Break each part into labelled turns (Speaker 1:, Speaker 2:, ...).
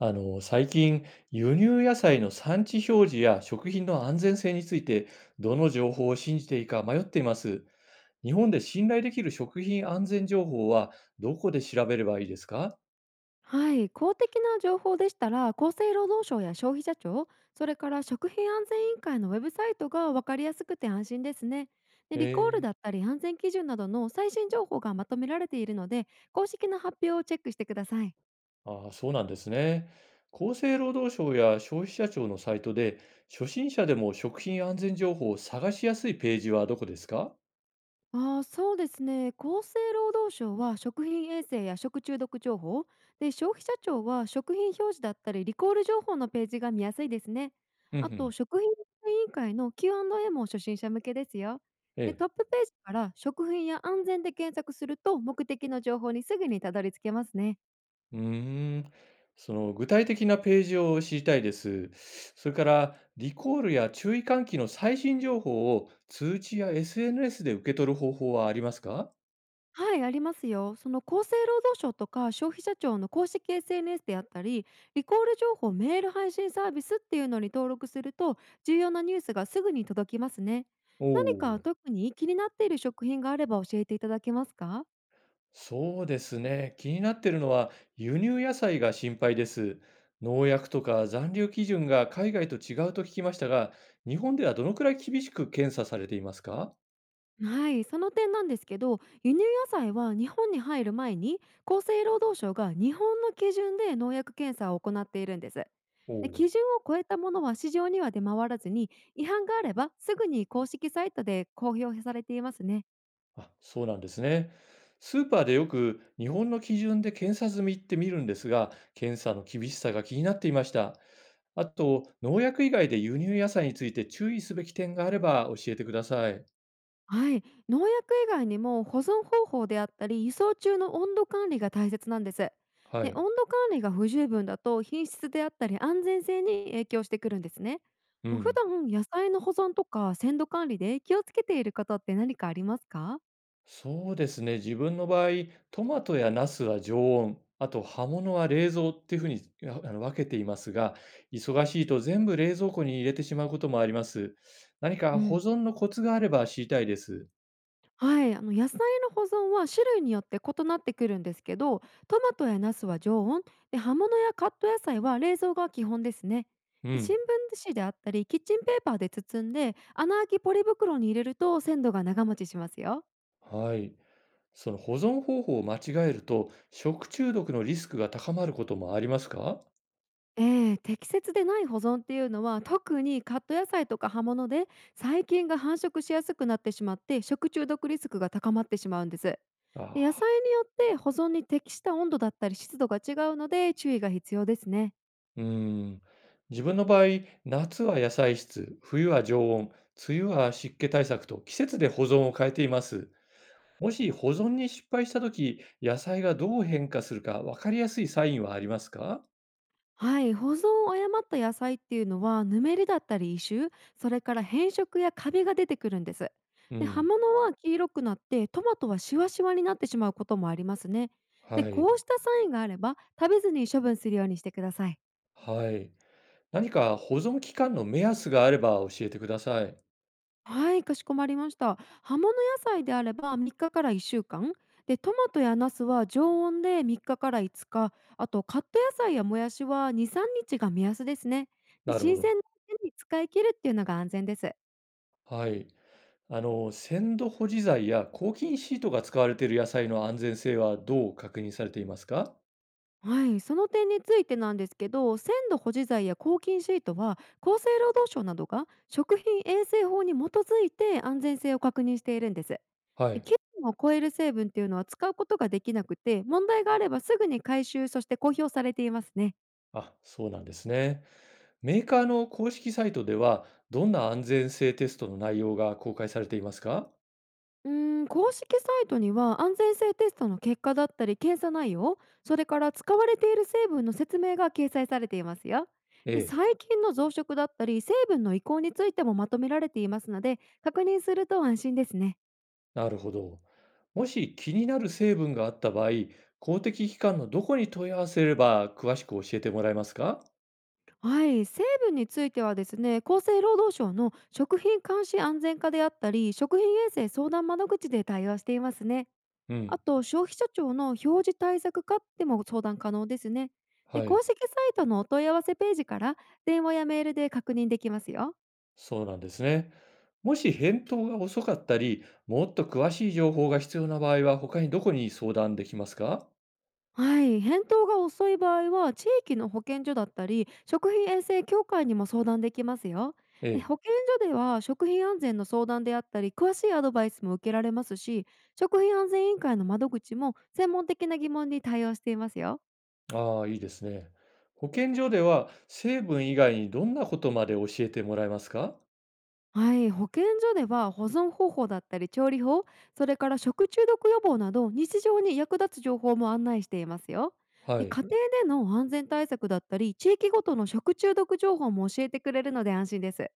Speaker 1: 最近、輸入野菜の産地表示や食品の安全性について、どの情報を信じていいか迷っています。日本で信頼できる食品安全情報は、どこで調べればいいですか？
Speaker 2: はい、公的な情報でしたら厚生労働省や消費者庁それから食品安全委員会のウェブサイトが分かりやすくて安心ですね。でリコール
Speaker 1: えー、
Speaker 2: だったり安全基準などの最新情報がまとめられているので公式な発表をチェックしてください。
Speaker 1: ああ、そうなんですね。厚生労働省や消費者庁のサイトで、初心者でも食品安全情報を探しやすいページはどこですか？
Speaker 2: ああ、そうですね。厚生労働省は食品衛生や食中毒情報で消費者庁は食品表示だったりリコール情報のページが見やすいですね。
Speaker 1: うんう
Speaker 2: あと
Speaker 1: ん。
Speaker 2: 食品委員会の Q&A も初心者向けですよ。
Speaker 1: え
Speaker 2: でト
Speaker 1: え。
Speaker 2: ップページから食品や安全で検索すると目的の情報にすぐにたどり着けますね。
Speaker 1: うーん、その具体的なページを知りたいです。それから、リコールや注意喚起の最新情報を通知や SNS で受け取る方法はありますか？
Speaker 2: はい、ありますよ。その厚生労働省とか消費者庁の公式 SNS であったり、リコール情報メール配信サービスっていうのに登録すると、重要なニュースがすぐに届きますね。
Speaker 1: お
Speaker 2: 何
Speaker 1: お、
Speaker 2: か特に気になっている食品があれば教えていただけますか？
Speaker 1: そうですね。気になってるのは輸入野菜が心配です。農薬とか残留基準が海外と違うと聞きましたが、日本ではどのくらい厳しく検査されていますか？
Speaker 2: はい、その点なんですけど輸入野菜は日本に入る前に厚生労働省が日本の基準で農薬検査を行っているんです。
Speaker 1: おお
Speaker 2: で
Speaker 1: う。
Speaker 2: 基準を超えたものは市場には出回らずに違反があればすぐに公式サイトで公表されていますね。
Speaker 1: あ、そうなんですね。スーパーでよく日本の基準で検査済みって見るんですが、検査の厳しさが気になっていました。あと、農薬以外で輸入野菜について注意すべき点があれば教えてください。
Speaker 2: はい、農薬以外にも保存方法であったり輸送中の温度管理が大切なんです。
Speaker 1: は
Speaker 2: で
Speaker 1: い。
Speaker 2: 温度管理が不十分だと品質であったり安全性に影響してくるんですね。
Speaker 1: う
Speaker 2: 普
Speaker 1: ん。
Speaker 2: 段野菜の保存とか鮮度管理で気をつけていることって何かありますか？
Speaker 1: そうですね。自分の場合、トマトやナスは常温、あと葉物は冷蔵っていうふうに分けていますが、忙しいと全部冷蔵庫に入れてしまうこともあります。何か
Speaker 2: う
Speaker 1: 保
Speaker 2: ん。
Speaker 1: 存のコツがあれば知りたいです。
Speaker 2: はい、あの野菜の保存は種類によって異なってくるんですけど、トマトやナスは常温で葉物やカット野菜は冷蔵が基本ですね。
Speaker 1: う
Speaker 2: で新
Speaker 1: ん。
Speaker 2: 聞紙であったりキッチンペーパーで包んで穴あきポリ袋に入れると鮮度が長持ちしますよ。
Speaker 1: はい。その保存方法を間違えると、食中毒のリスクが高まることもありますか？
Speaker 2: ええ、適切でない保存っていうのは特にカット野菜とか葉物で細菌が繁殖しやすくなってしまって食中毒リスクが高まってしまうんです。で野
Speaker 1: ああ、
Speaker 2: 菜によって保存に適した温度だったり湿度が違うので注意が必要ですね。
Speaker 1: うーん。自分の場合、夏は野菜室、冬は常温、梅雨は湿気対策と季節で保存を変えています。もし保存に失敗したとき、野菜がどう変化するか分かりやすいサインはありますか？
Speaker 2: はい、保存を誤った野菜っていうのはぬめりだったり異臭、それから変色やカビが出てくるんです。
Speaker 1: う
Speaker 2: で葉
Speaker 1: ん。
Speaker 2: 物は黄色くなってトマトはシワシワになってしまうこともありますね。で
Speaker 1: はい。
Speaker 2: こうしたサインがあれば食べずに処分するようにしてください。
Speaker 1: はい。何か保存期間の目安があれば教えてください。
Speaker 2: はい、かしこまりました。葉物野菜であれば3日から1週間、でトマトやナスは常温で3日から5日、あとカット野菜やもやしは2、3日が目安ですね。で
Speaker 1: なるほ
Speaker 2: 新
Speaker 1: ど。
Speaker 2: 鮮なうちに使い切るっていうのが安全です。
Speaker 1: はい。鮮度保持剤や抗菌シートが使われている野菜の安全性はどう確認されていますか？
Speaker 2: はい、その点についてなんですけど鮮度保持剤や抗菌シートは厚生労働省などが食品衛生法に基づいて安全性を確認しているんです。
Speaker 1: はい。
Speaker 2: 基準を超える成分っていうのは使うことができなくて、問題があればすぐに回収そして公表されていますね。
Speaker 1: あ、そうなんですね。メーカーの公式サイトでは、どんな安全性テストの内容が公開されていますか？
Speaker 2: 公式サイトには安全性テストの結果だったり検査内容、それから使われている成分の説明が掲載されていますよ。
Speaker 1: え
Speaker 2: で
Speaker 1: え、
Speaker 2: 最近の増殖だったり成分の移行についてもまとめられていますので確認すると安心ですね。
Speaker 1: なるほど。もし気になる成分があった場合、公的機関のどこに問い合わせれば詳しく教えてもらえますか？
Speaker 2: はい、成分についてはですね厚生労働省の食品監視安全課であったり食品衛生相談窓口で対応していますね。
Speaker 1: う
Speaker 2: あ
Speaker 1: ん、
Speaker 2: と、消費者庁の表示対策課でも相談可能ですね。で、
Speaker 1: はい。
Speaker 2: 公式サイトのお問い合わせページから電話やメールで確認できますよ。
Speaker 1: そうなんですね。もし返答が遅かったり、もっと詳しい情報が必要な場合は、他にどこに相談できますか？
Speaker 2: はい、返答が遅い場合は地域の保健所だったり食品衛生協会にも相談できますよ。
Speaker 1: え
Speaker 2: で
Speaker 1: え。
Speaker 2: 保健所では食品安全の相談であったり詳しいアドバイスも受けられますし、食品安全委員会の窓口も専門的な疑問に対応していますよ。
Speaker 1: ああ、いいですね。保健所では成分以外にどんなことまで教えてもらえますか？
Speaker 2: はい、保健所では保存方法だったり調理法、それから食中毒予防など日常に役立つ情報も案内していますよ。
Speaker 1: は
Speaker 2: で
Speaker 1: い。
Speaker 2: 家庭での安全対策だったり地域ごとの食中毒情報も教えてくれるので安心です。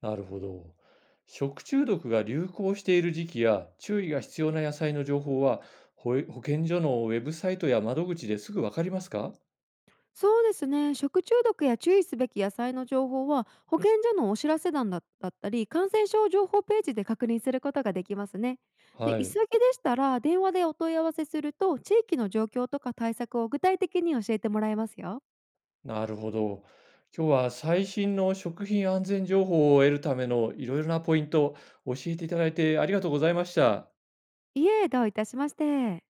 Speaker 1: なるほど。食中毒が流行している時期や注意が必要な野菜の情報は、保健所のウェブサイトや窓口ですぐわかりますか？
Speaker 2: そうですね、食中毒や注意すべき野菜の情報は保健所のお知らせ欄だったり感染症情報ページで確認することができますね。で
Speaker 1: は
Speaker 2: 急ぎで
Speaker 1: い。
Speaker 2: したら電話でお問い合わせすると地域の状況とか対策を具体的に教えてもらえますよ。
Speaker 1: なるほど。今日は最新の食品安全情報を得るためのいろいろなポイントを教えていただいてありがとうございました。
Speaker 2: いえ、どういたしまして。